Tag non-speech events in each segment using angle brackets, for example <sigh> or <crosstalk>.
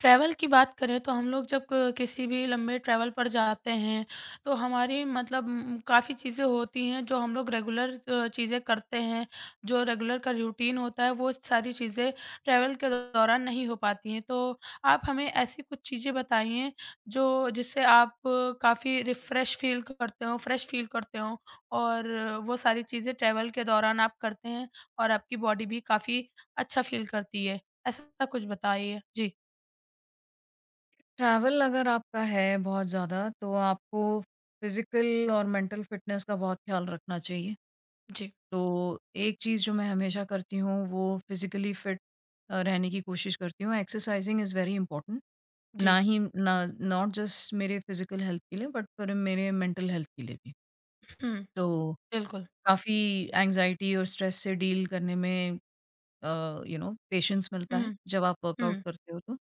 Travel की बात करें तो हम लोग जब क किसी भी लंबे ट्रैवल पर जाते हैं, तो हमारी मतलब काफ़ी चीज़ें होती हैं जो हम लोग रेगुलर चीज़ें करते हैं, जो रेगुलर का रूटीन होता है वो सारी चीज़ें ट्रैवल के दौरान नहीं हो पाती हैं। तो आप हमें ऐसी कुछ चीज़ें बताइए जो जिससे आप काफ़ी रिफ्रेश फ़ील करते हो, फ्रेश फ़ील करते हो और वो सारी चीज़ें ट्रैवल के दौरान आप करते हैं और आपकी बॉडी भी काफ़ी अच्छा फ़ील करती है। ऐसा कुछ बताइए? जी। ट्रैवल अगर आपका है बहुत ज़्यादा, तो आपको फिज़िकल और मेंटल फिटनेस का बहुत ख़्याल रखना चाहिए। जी। तो एक चीज़ जो मैं हमेशा करती हूँ, वो फिज़िकली फिट रहने की कोशिश करती हूँ। Exercising is very important. जी, ना ही ना नॉट जस्ट मेरे फिज़िकल हेल्थ के लिए, बट फिर मेरे मेंटल हेल्थ के लिए भी। हुँ, तो बिल्कुल। काफ़ी एंग्ज़ायटी और स्ट्रेस से डील करने में पेशेंस मिलता है, हुँ, जब आप वर्कआउट हुँ, करते हो तो।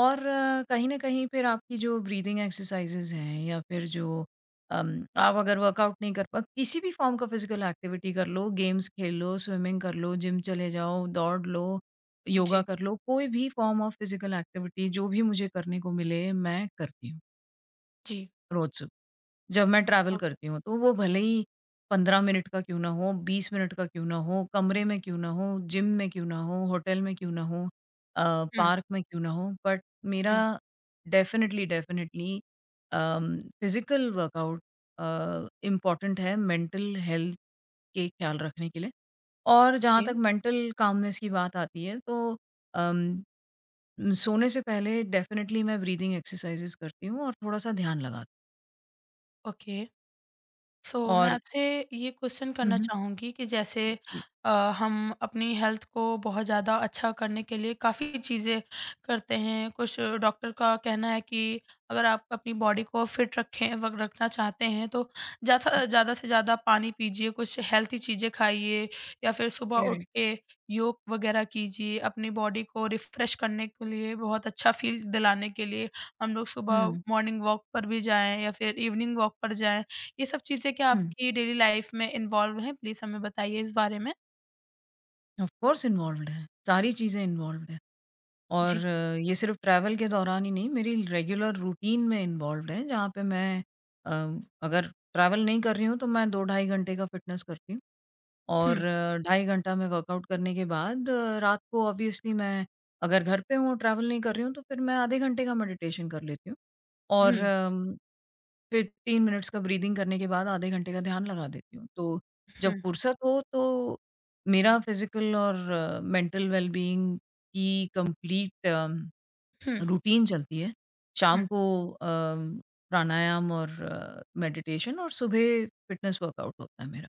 और कहीं न कहीं फिर आपकी जो ब्रीदिंग एक्सरसाइज़ेज़ हैं या फिर जो आप अगर वर्कआउट नहीं कर पा, किसी भी फ़ॉर्म का फ़िज़िकल एक्टिविटी कर लो, गेम्स खेल लो, स्विमिंग कर लो, जिम चले जाओ, दौड़ लो, योगा जी, कर लो, कोई भी फ़ॉर्म ऑफ़ फ़िज़िकल एक्टिविटी जो भी मुझे करने को मिले मैं करती हूँ, जी, रोज़ सुबह। जब मैं ट्रैवल ओ, करती हूँ, तो वो भले ही 15 मिनट का क्यों ना हो, 20 मिनट का क्यों ना हो, कमरे में क्यों ना हो, जिम में क्यों ना हो, होटल में क्यों ना हो, हुँ, पार्क में क्यों ना हो, बट मेरा हुँ, definitely, definitely physical workout important है मेंटल हेल्थ के ख़्याल रखने के लिए। और जहाँ ओके, तक मेंटल कामनेस की बात आती है, तो अम, सोने से पहले डेफ़िनिटली मैं ब्रीथिंग एक्सरसाइज़ेज़ करती हूँ और थोड़ा-सा ध्यान लगाती ओके। सो हूँ। so, मैं और आपसे ये क्वेश्चन हुँ, करना हुँ। चाहूँगी कि जैसे जी। अ, हम अपनी हेल्थ को बहुत ज़्यादा अच्छा करने के लिए काफ़ी चीज़ें करते हैं। कुछ डॉक्टर का कहना है कि अगर आप अपनी बॉडी को फिट रखें वग रखना चाहते हैं तो ज़्यादा ज़्यादा से ज़्यादा पानी पीजिए, कुछ हेल्थी चीज़ें खाइए या फिर सुबह उठ करेक्ट। के योग वगैरह कीजिए। अपनी बॉडी को रिफ़्रेश करने के लिए बहुत अच्छा फ़ील दिलाने के लिए हम लोग सुबह हुँ, मॉर्निंग वॉक पर भी जाएँ या फिर इवनिंग वॉक पर जाएँ। ये सब चीज़ें क्या हुँ। आपकी डेली लाइफ़ में इन्वॉल्व हैं? प्लीज़ हमें बताइए इस बारे में। ऑफ़ कोर्स इन्वॉल्व्ड है, सारी चीज़ें इन्वॉल्व्ड हैं और जी। ये सिर्फ़ ट्रैवल के दौरान ही नहीं, मेरी रेगुलर रूटीन में इन्वॉल्व्ड है, जहाँ पे मैं अ, अगर ट्रैवल नहीं कर रही हूँ, तो मैं 2 ढाई घंटे का फ़िटनेस करती हूँ हुँ, और ढाई घंटा मैं वर्कआउट करने के बाद रात को ऑब्वियसली मैं अगर घर पे हूँ, ट्रैवल नहीं कर रही हूँ, तो फिर मैं आधे घंटे का मेडिटेशन कर लेती हूँ और हुँ, 15 मिनट्स का ब्रीदिंग करने के बाद आधे घंटे का ध्यान लगा देती हूँ। तो जब हुँ, फुर्सत हो तो मेरा फिज़िकल और मेंटल वेलबीइंग की कंप्लीट हुँ, रूटीन चलती है। हुँ। शाम को अम, प्राणायाम और मेडिटेशन और सुबह फ़िटनेस वर्कआउट होता है मेरा।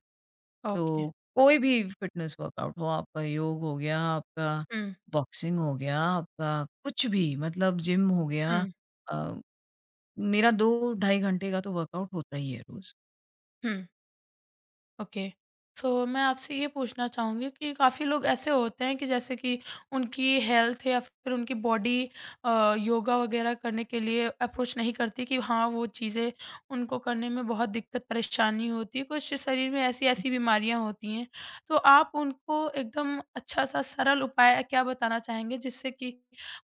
ओके। तो कोई भी फ़िटनेस वर्कआउट हो, आपका योग हो गया, आपका हुँ, बॉक्सिंग हो गया, आपका कुछ भी मतलब जिम हो गया, हुँ, अ, मेरा 2 ढाई घंटे का तो वर्कआउट होता ही है रोज़। हुँ। ओके। सो मैं आपसे ये पूछना चाहूँगी कि काफ़ी लोग ऐसे होते हैं कि जैसे कि उनकी हेल्थ या फिर उनकी बॉडी योगा वगैरह करने के लिए अप्रोच नहीं करती कि हाँ, वो चीज़ें उनको करने में बहुत दिक्कत परेशानी होती है, कुछ शरीर में ऐसी-ऐसी बीमारियाँ होती हैं। तो आप उनको एकदम अच्छा-सा सरल उपाय क्या बताना चाहेंगे जिससे कि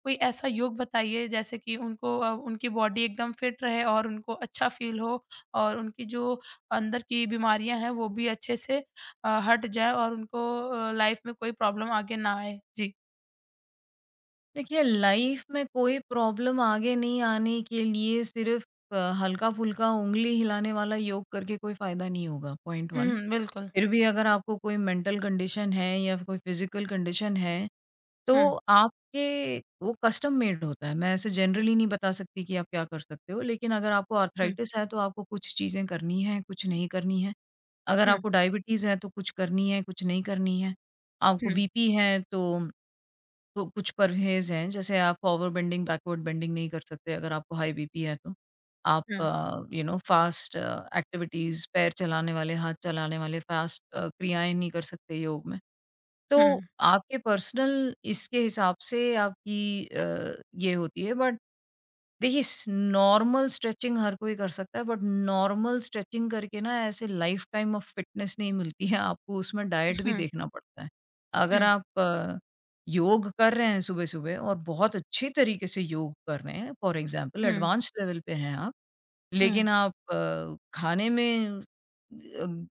कोई ऐसा योग बताइए जैसे कि उनको उनकी बॉडी एकदम फिट रहे और उनको अच्छा फ़ील हो और उनकी जो अंदर की बीमारियाँ हैं वो भी अच्छे से हट जाएँ और उनको लाइफ में कोई प्रॉब्लम आगे ना आए। जी। देखिए, लाइफ में कोई प्रॉब्लम आगे नहीं आने के लिए सिर्फ़ हल्का-फुल्का ऊँगली हिलाने वाला योग करके कोई फ़ायदा नहीं होगा, पॉइंट 1। हुँ, बिल्कुल। फिर भी अगर आपको कोई मेंटल कंडीशन है या कोई फ़िज़िकल कंडीशन है, हुँ, तो आपके वो कस्टम मेड होता है। मैं ऐसे जनरली नहीं बता सकती कि आप क्या कर सकते हो, लेकिन अगर आपको हुँ, आर्थराइटिस है, तो आपको कुछ चीज़ें करनी हैं, कुछ नहीं करनी हैं। अगर हुँ, आपको डायबिटीज़ है, तो कुछ करनी है, कुछ नहीं करनी है। हुँ, आपको हुँ, बीपी है, तो कुछ परहेज़ हैं, जैसे आप फ़ॉरवर्ड बेंडिंग, बैकवर्ड बेंडिंग नहीं कर सकते अगर आपको हाई बीपी है तो। आप हुँ, फ़ास्ट एक्टिविटीज़, पैर चलाने वाले, हाथ चलाने वाले फ़ास्ट क्रियाएँ नहीं कर सकते योग में। तो आपके पर्सनल इसके हिसाब से आपकी ये होती है, बट देखिए स नॉर्मल स्ट्रेचिंग हर कोई कर सकता है, बट नॉर्मल स्ट्रेचिंग करके ना ऐसे लाइफ टाइम ऑफ फिटनेस नहीं मिलती है, आपको उसमें डाइट भी हुँ, देखना पड़ता है। अगर हुँ, आप योग कर रहे हैं सुबह-सुबह और बहुत अच्छे तरीके से योग कर रहे हैं, फॉर एग्ज़ाम्पल हुँ, एडवांस लेवल पे हैं आप, हुँ। लेकिन आप खाने में अ,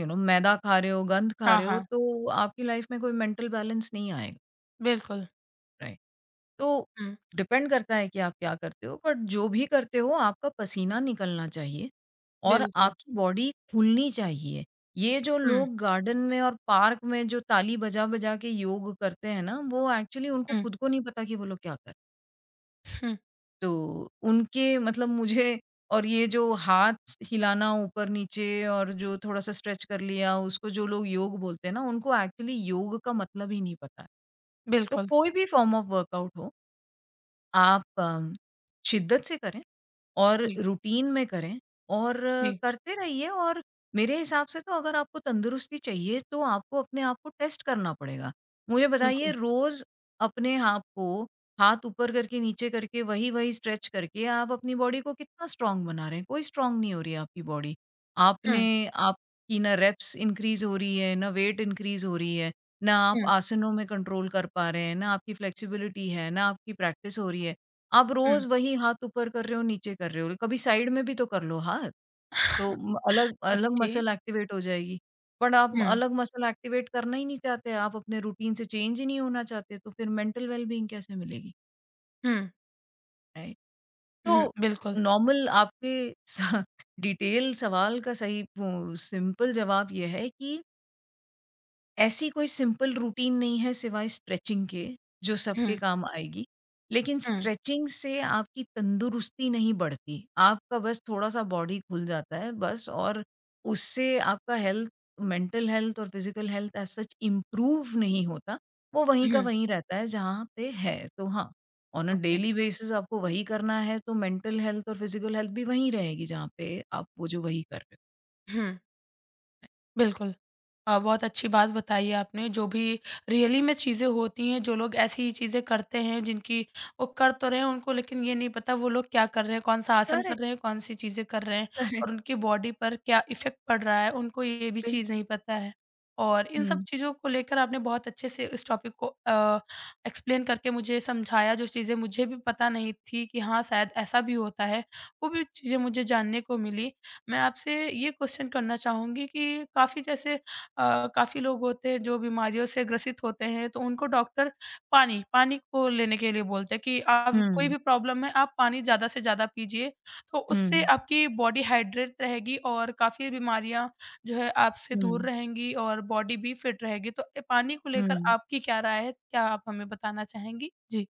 यू नो मैदा खा रहे हो, गंद खा हाँ, रहे हो, हाँ, तो आपकी लाइफ में कोई मेंटल बैलेंस नहीं आएगा, बिल्कुल। राइट? तो हुँ, डिपेंड करता है कि आप क्या करते हो, बट जो भी करते हो आपका पसीना निकलना चाहिए और बिल्कुल। आपकी बॉडी खुलनी चाहिए। ये जो हुँ, लोग गार्डन में और पार्क में जो ताली बजा-बजा के योग करते हैं ना, वो एक्चुअली उनको हुँ, खुद को नहीं पता कि वो लोग क्या कर, हुँ, तो उनके मतलब मुझे और ये जो हाथ हिलाना ऊपर-नीचे और जो थोड़ा-सा स्ट्रेच कर लिया, उसको जो लोग योग बोलते हैं ना, उनको एक्चुअली योग का मतलब ही नहीं पता है। तो बिल्कुल। कोई भी फ़ॉर्म ऑफ वर्कआउट हो, आप शिद्दत से करें। और जी, रूटीन में करें और जी, करते रहिए और मेरे हिसाब से तो अगर आपको तंदुरुस्ती चाहिए तो आपको अपने आप को टेस्ट करना पड़ेगा। मुझे बताइए बिल्कुल। रोज़ अपने आप को हाथ ऊपर करके, नीचे करके, वही-वही स्ट्रेच करके आप अपनी बॉडी को कितना स्ट्रॉन्ग बना रहे हैं? कोई स्ट्रॉन्ग नहीं हो रही है आपकी बॉडी। आपने हुँ, आपकी ना रेप्स इंक्रीज़ हो रही है, ना वेट इंक्रीज़ हो रही है, ना आप हुँ, आसनों में कंट्रोल कर पा रहे हैं, ना आपकी फ्लेक्सिबिलिटी है, ना आपकी प्रैक्टिस हो रही है। आप हुँ, रोज वही हाथ ऊपर कर रहे हो, नीचे कर रहे हो, कभी साइड में भी तो कर लो हाथ। तो म अलग अलग ओके। मसल एक्टिवेट हो जाएगी। बट आप हुँ, अलग मसल एक्टिवेट करना ही नहीं चाहते, आप अपने रूटीन से चेंज ही नहीं होना चाहते, तो फिर मेंटल वेल-बीइंग कैसे मिलेगी, हुँ, राइट? हुँ, तो बिल्कुल। नॉर्मल आपके स डिटेल <laughs> सवाल का सही वो सिंपल जवाब ये है कि ऐसी कोई सिंपल रूटीन नहीं है सिवाय स्ट्रेचिंग के, जो हुँ, सबके काम आएगी। लेकिन हुँ, स्ट्रेचिंग से आपकी तंदुरुस्ती नहीं बढ़ती, आपका बस थोड़ा-सा बॉडी खुल जाता है बस और उससे आपका हेल्थ, मेंटल हेल्थ और physical health as such improve नहीं होता, वो वहीं का हुँ, वहीं रहता है जहाँ पे है। तो हाँ, on a okay. Daily basis आपको वही करना है तो मेंटल हेल्थ और फिज़िकल हेल्थ भी वहीं रहेगी जहाँ पे आप वो जो वही कर रहे हो। हुँ, बिल्कुल। बहुत अच्छी बात बताई है आपने जो भी रियली में चीज़ें होती हैं, जो लोग ऐसी चीज़ें करते हैं जिनकी वो कर तो रहे हैं उनको लेकिन ये नहीं पता वो लोग क्या कर रहे हैं, कौन-सा आसन कर करेक्ट, रहे हैं, कौन-सी चीज़ें कर रहे हैं करेक्ट, और उनकी बॉडी पर क्या इफ़ेक्ट पड़ रहा है, उनको ये भी चीज़ बिल्कुल। नहीं पता है। और इन सब हुँ, चीज़ों को लेकर आपने बहुत अच्छे से इस टॉपिक को एक्सप्लेन करके मुझे समझाया जो चीज़ें मुझे भी पता नहीं थी कि हाँ, शायद ऐसा भी होता है, वो भी चीज़ें मुझे जानने को मिली। मैं आपसे ये क्वेश्चन करना चाहूँगी कि काफ़ी जैसे काफ़ी लोग होते हैं जो बीमारियों से ग्रसित होते हैं तो उनको डॉक्टर पानी पानी को लेने के लिए बोलते हैं कि आप कोई हुँ, भी प्रॉब्लम है आप पानी ज़्यादा से ज़्यादा पीजिए तो उससे हुँ। आपकी बॉडी हाइड्रेट रहेगी और काफ़ी बीमारियाँ जो है आपसे दूर हुँ, रहेंगी और बॉडी भी फिट रहेगी। तो पानी को लेकर हुँ। आपकी क्या राय है? क्या आप हमें बताना चाहेंगी? जी।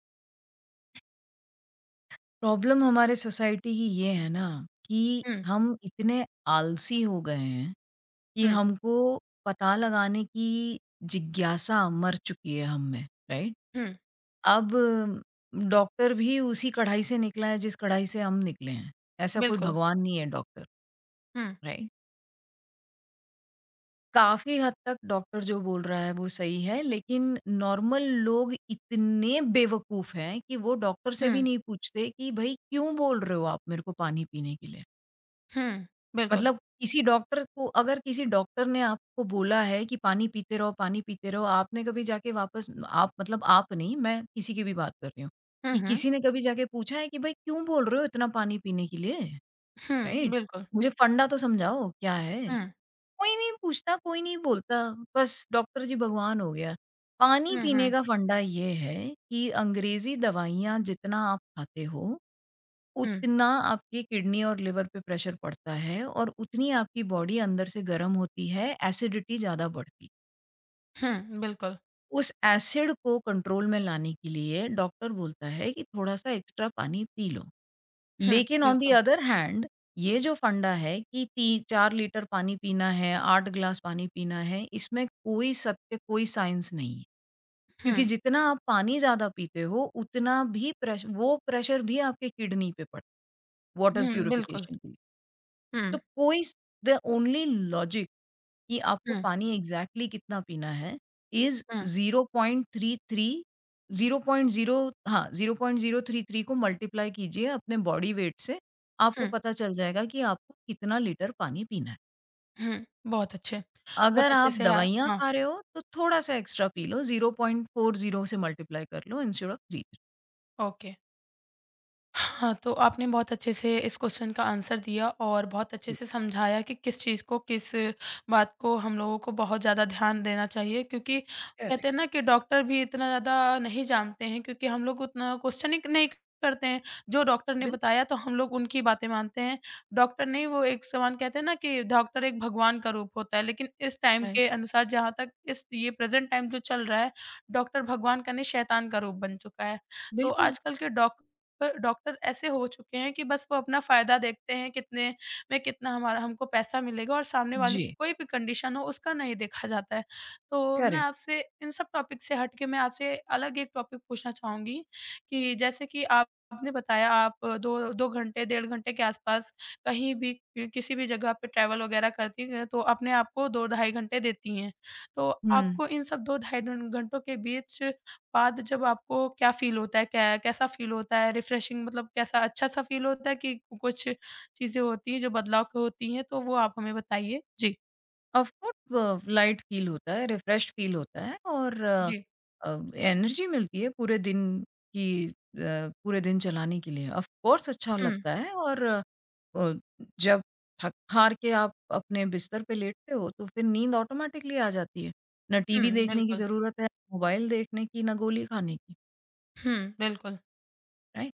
प्रॉब्लम हमारे सोसाइटी की ये है ना, कि हुँ, हम इतने आलसी हो गए हैं, कि हुँ, हमको पता लगाने की जिज्ञासा मर चुकी है हम में, राइट? हुँ, अब डॉक्टर भी उसी कढ़ाई से निकला है जिस कढ़ाई से हम निकले हैं। ऐसा कोई बिल्कुल। भगवान नहीं है डॉक्टर, हुँ, राइट? काफ़ी हद तक डॉक्टर जो बोल रहा है वो सही है, लेकिन नॉर्मल लोग इतने बेवकूफ़ हैं कि वो डॉक्टर से भी हुँ, नहीं पूछते कि भई क्यों बोल रहे हो आप मेरे को पानी पीने के लिए? हुँ, बिल्कुल। मतलब किसी डॉक्टर को अगर किसी डॉक्टर ने आपको बोला है कि पानी पीते रहो, आपने कभी जाके वापस, आप, मतलब आप नहीं, मैं किसी की भी बात कर रही हूँ, हुँ, कि हुँ, किसी ने कभी जाके पूछा है कि भई क्यों बोल रहे हो इतना पानी पीने के लिए? हुँ, राइट? बिल्कुल। मुझे फंडा तो समझाओ क्या है? हुँ, कोई नहीं पूछता, कोई नहीं बोलता, बस डॉक्टर जी भगवान हो गया। पानी हुँ, पीने हुँ, का फंडा ये है कि अंग्रेज़ी दवाइयाँ जितना आप खाते हो, हुँ, उतना आपकी किडनी और लिवर पे प्रेशर पड़ता है और उतनी आपकी बॉडी अंदर से गर्म होती है, एसिडिटी ज़्यादा बढ़ती है। हुँ, बिल्कुल। उस एसिड को कंट्रोल में लाने के लिए डॉक्टर बोलता है कि थोड़ा-सा एक्स्ट्रा पानी पी लो। हुँ, लेकिन ऑन दी बिल्कुल। अदर हैंड ये जो फंडा है कि ती 4 लीटर पानी पीना है, 8 ग्लास पानी पीना है, इसमें कोई सत्य, कोई साइंस नहीं है। क्योंकि हुँ, जितना आप पानी ज़्यादा पीते हो, उतना भी प्रेश वो प्रेशर भी आपके किडनी पे पड़ता है, वाटर हुँ, बिल्कुल। प्यूरिफिकेशन के लिए। हुँ, तो कोई द ओनली लॉजिक कि आपको हुँ, पानी एग्जैक्टली exactly कितना पीना है इज़ हुँ, 0.33 0.0 हाँ, 0.033 को मल्टीप्लाई कीजिए अपने बॉडी वेट से, आपको हुँ, पता चल जाएगा कि आपको कितना लीटर पानी पीना है। हुँ, बहुत अगर अच्छे आप से दवाइयाँ हाँ, खा रहे हो, तो थोड़ा-सा एक्स्ट्रा पी लो, 0.40 से मल्टीप्लाई कर लो इंस्टेड ऑफ 33। ओके। हाँ, तो आपने बहुत अच्छे से इस क्वेश्चन का आंसर दिया और बहुत अच्छे जी, से समझाया कि किस चीज़ को, किस बात को हम लोगों को बहुत ज़्यादा ध्यान देना चाहिए क्योंकि कहते हैं करेक्ट, ना कि डॉक्टर भी इतना ज़्यादा नहीं जानते हैं क्योंकि हम लोग उतना क्वेश्चनिंग नहीं करते हैं। जो डॉक्टर ने बिल्कुल बताया तो हम लोग उनकी बातें मानते हैं। डॉक्टर नहीं वो एक समान कहते हैं ना कि डॉक्टर एक भगवान का रूप होता है, लेकिन इस टाइम राइट, के अनुसार जहाँ तक इस ये प्रेज़ेंट टाइम जो चल रहा है, डॉक्टर भगवान का नहीं शैतान का रूप बन चुका है। तो बिल्कुल, आजकल के डॉक पर डॉक्टर ऐसे हो चुके हैं कि बस वो अपना फ़ायदा देखते हैं, कितने में कितना हमारा हमको पैसा मिलेगा और सामने वाले की जी, कोई भी कंडीशन हो, उसका नहीं देखा जाता है। तो मैं करेक्ट, आपसे इन सब टॉपिक से हट के मैं आपसे अलग एक टॉपिक पूछना चाहूँगी कि जैसे कि आप आपने बताया आप 2 घंटे, 1.5 घंटे के आसपास कहीं भी कि किसी भी जगह पे ट्रैवल वग़ैरह करती हैं, तो अपने आप को 2 2.5 घंटे देती हैं। तो हुँ। आपको इन सब 2 ढाई घं घंटों के बीच बाद जब आपको क्या फ़ील होता है? कै कैसा फ़ील होता है? रिफ्रेशिंग मतलब कैसा अच्छा-सा फ़ील होता है कि कुछ चीज़ें होती हैं जो बदलाव की होती हैं, तो वो आप हमें बताइए? जी। ऑफ कोर्स लाइट फील होता है, रिफ्रेश्ड फील होता है और जी। एनर्जी मिलती है पूरे दिन की, पूरे दिन चलाने के लिए। ऑफ कोर्स अच्छा हुँ, लगता है और अ, जब थक-हार के आप अपने बिस्तर पे लेटते हो, तो फिर नींद ऑटोमैटिकली आ जाती है। ना टीवी हुँ, देखने की बिल्कुल। ज़रूरत है, मोबाइल देखने की, ना गोली खाने की, हुँ, बिल्कुल। राइट?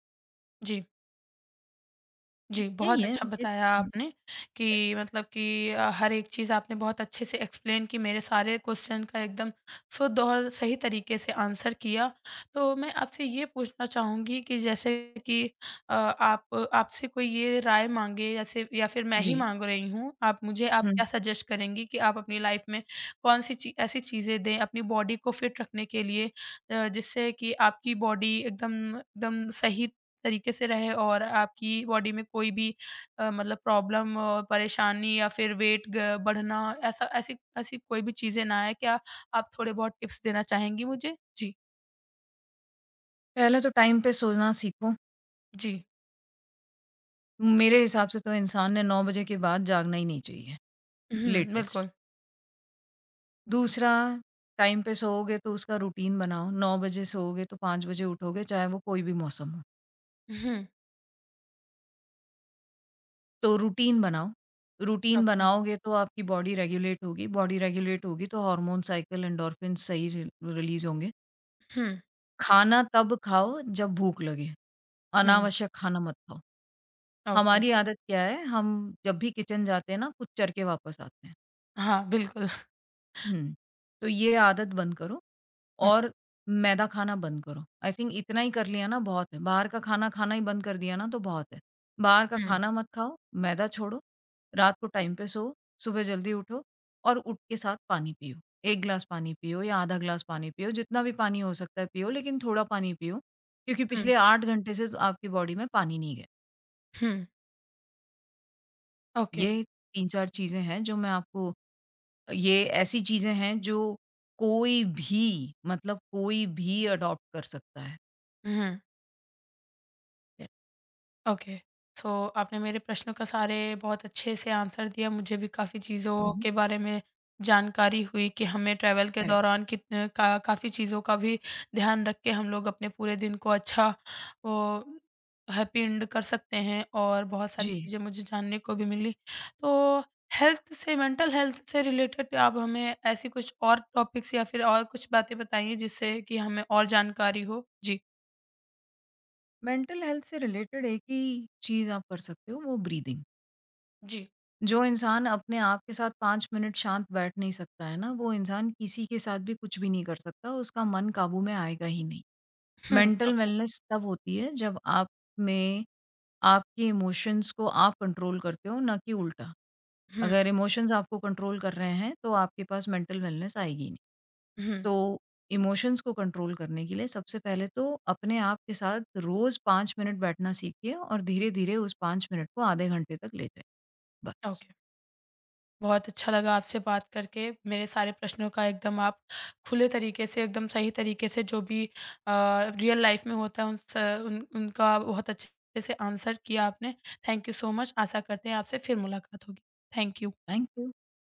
जी। जी, यही बहुत है, अच्छा ये बताया फीलिंग है। आपने करेक्ट। कि मतलब कि हर एक चीज़ आपने बहुत अच्छे से एक्सप्लेन की, मेरे सारे क्वेश्चन का एकदम शुद्ध और सही तरीके से आंसर किया। तो मैं आपसे ये पूछना चाहूँगी कि जैसे कि आप आपसे कोई ये राय माँगे जैसे या फिर मैं ही जी, माँग रही हूँ, आप मुझे आप हुँ। क्या सजेस्ट करेंगी कि आप अपनी लाइफ़ में कौन-सी ची ऐसी चीज़ें दें अपनी बॉडी को फिट रखने के लिए जिससे कि आपकी बॉडी एकदम एकदम सही तरीके से रहे और आपकी बॉडी में कोई भी मतलब प्रॉब्लम परेशानी या फिर वेट ग बढ़ना ऐसा ऐसी ऐसी कोई भी चीज़ें ना आए। क्या आप थोड़े बहुत टिप्स देना चाहेंगी मुझे? जी। पहले तो टाइम पे सोना सीखो। जी। मेरे हिसाब से तो इंसान ने 9 बजे के बाद जागना ही नहीं चाहिए। हुँ, लेटेस्ट। बिल्कुल। दूसरा, टाइम पे सोओगे तो उसका रूटीन बनाओ, 9 बजे सोओगे तो 5 बजे उठोगे चाहे वो कोई भी मौसम हो। हुँ, तो रूटीन बनाओ, रूटीन ओके। बनाओगे तो आपकी बॉडी रेगुलेट होगी तो हार्मोन साइकिल एंडोर्फिन सही रि रिलीज़ होंगे। हुँ, खाना तब खाओ जब भूख लगे, हुँ, अनावश्यक खाना मत खाओ। ओके। हमारी आदत क्या है, हम जब भी किचन जाते हैं ना कुछ चर के वापस आते हैं। हाँ, बिल्कुल। <laughs> हुँ, तो ये आदत बंद करो। हुँ, और मैदा खाना बंद करो। आई थिंक इतना ही कर लिया ना बहुत है। बाहर का खाना खाना ही बंद कर दिया ना तो बहुत है। बाहर का हुँ, खाना मत खाओ, मैदा छोड़ो, रात को टाइम पे सोओ, सुबह जल्दी उठो और उठ के साथ पानी पियो। 1 ग्लास पानी पियो या आधा ग्लास पानी पियो, जितना भी पानी हो सकता है पियो लेकिन थोड़ा पानी पियो, क्योंकि हुँ, पिछले 8 घंटे से तो आपकी बॉडी में पानी नहीं गया। हुँ, ओके। ये 3-4 चीज़ें हैं जो मैं आपको, ये ऐसी चीज़ें हैं जो कोई भी मतलब कोई भी अडॉप्ट कर सकता है। हुँ। ओके। सो आपने मेरे प्रश्नों का सारे बहुत अच्छे से आंसर दिया। मुझे भी काफ़ी हुँ, चीज़ों हुँ। के बारे में जानकारी हुई कि हमें ट्रैवल के करेक्ट, दौरान कितने का काफ़ी चीज़ों का भी ध्यान रख के हम लोग अपने पूरे दिन को अच्छा वो हैप्पी एंड कर सकते हैं और बहुत सारी जी। चीज़ें मुझे जानने को भी मिली। तो हेल्थ से मेंटल हेल्थ से रिलेटेड आप हमें ऐसी कुछ और टॉपिक्स या फिर और कुछ बातें बताइए जिससे कि हमें और जानकारी हो? जी। मेंटल हेल्थ से रिलेटेड एक ही चीज़ आप कर सकते हो, वो ब्रीदिंग। जी। जो इंसान अपने आप के साथ 5 मिनट शांत बैठ नहीं सकता है ना, वो इंसान किसी के साथ भी कुछ भी नहीं कर सकता, उसका मन काबू में आएगा ही नहीं। हुँ, मेंटल ओके। वेलनेस तब होती है जब आप में आपके इमोशंस को आप कंट्रोल करते हो, ना कि उल्टा। हुँ, अगर इमोशंस आपको कंट्रोल कर रहे हैं, तो आपके पास मेंटल वेलनेस आएगी नहीं। हुँ, तो इमोशंस को कंट्रोल करने के लिए सबसे पहले तो अपने आप के साथ रोज़ 5 मिनट बैठना सीखिए और धीरे-धीरे उस 5 मिनट को आधे घंटे तक ले जाइए। बस। ओके। बहुत अच्छा लगा आपसे बात करके। मेरे सारे प्रश्नों का एकदम आप खुले तरीके से, एकदम सही तरीके से जो भी अ, रियल लाइफ़ में होता है उन स उन उनका बहुत अच्छे से आंसर किया आपने। Thank you so much. आशा करते हैं आपसे फिर मुलाकात होगी। Thank you. Thank you.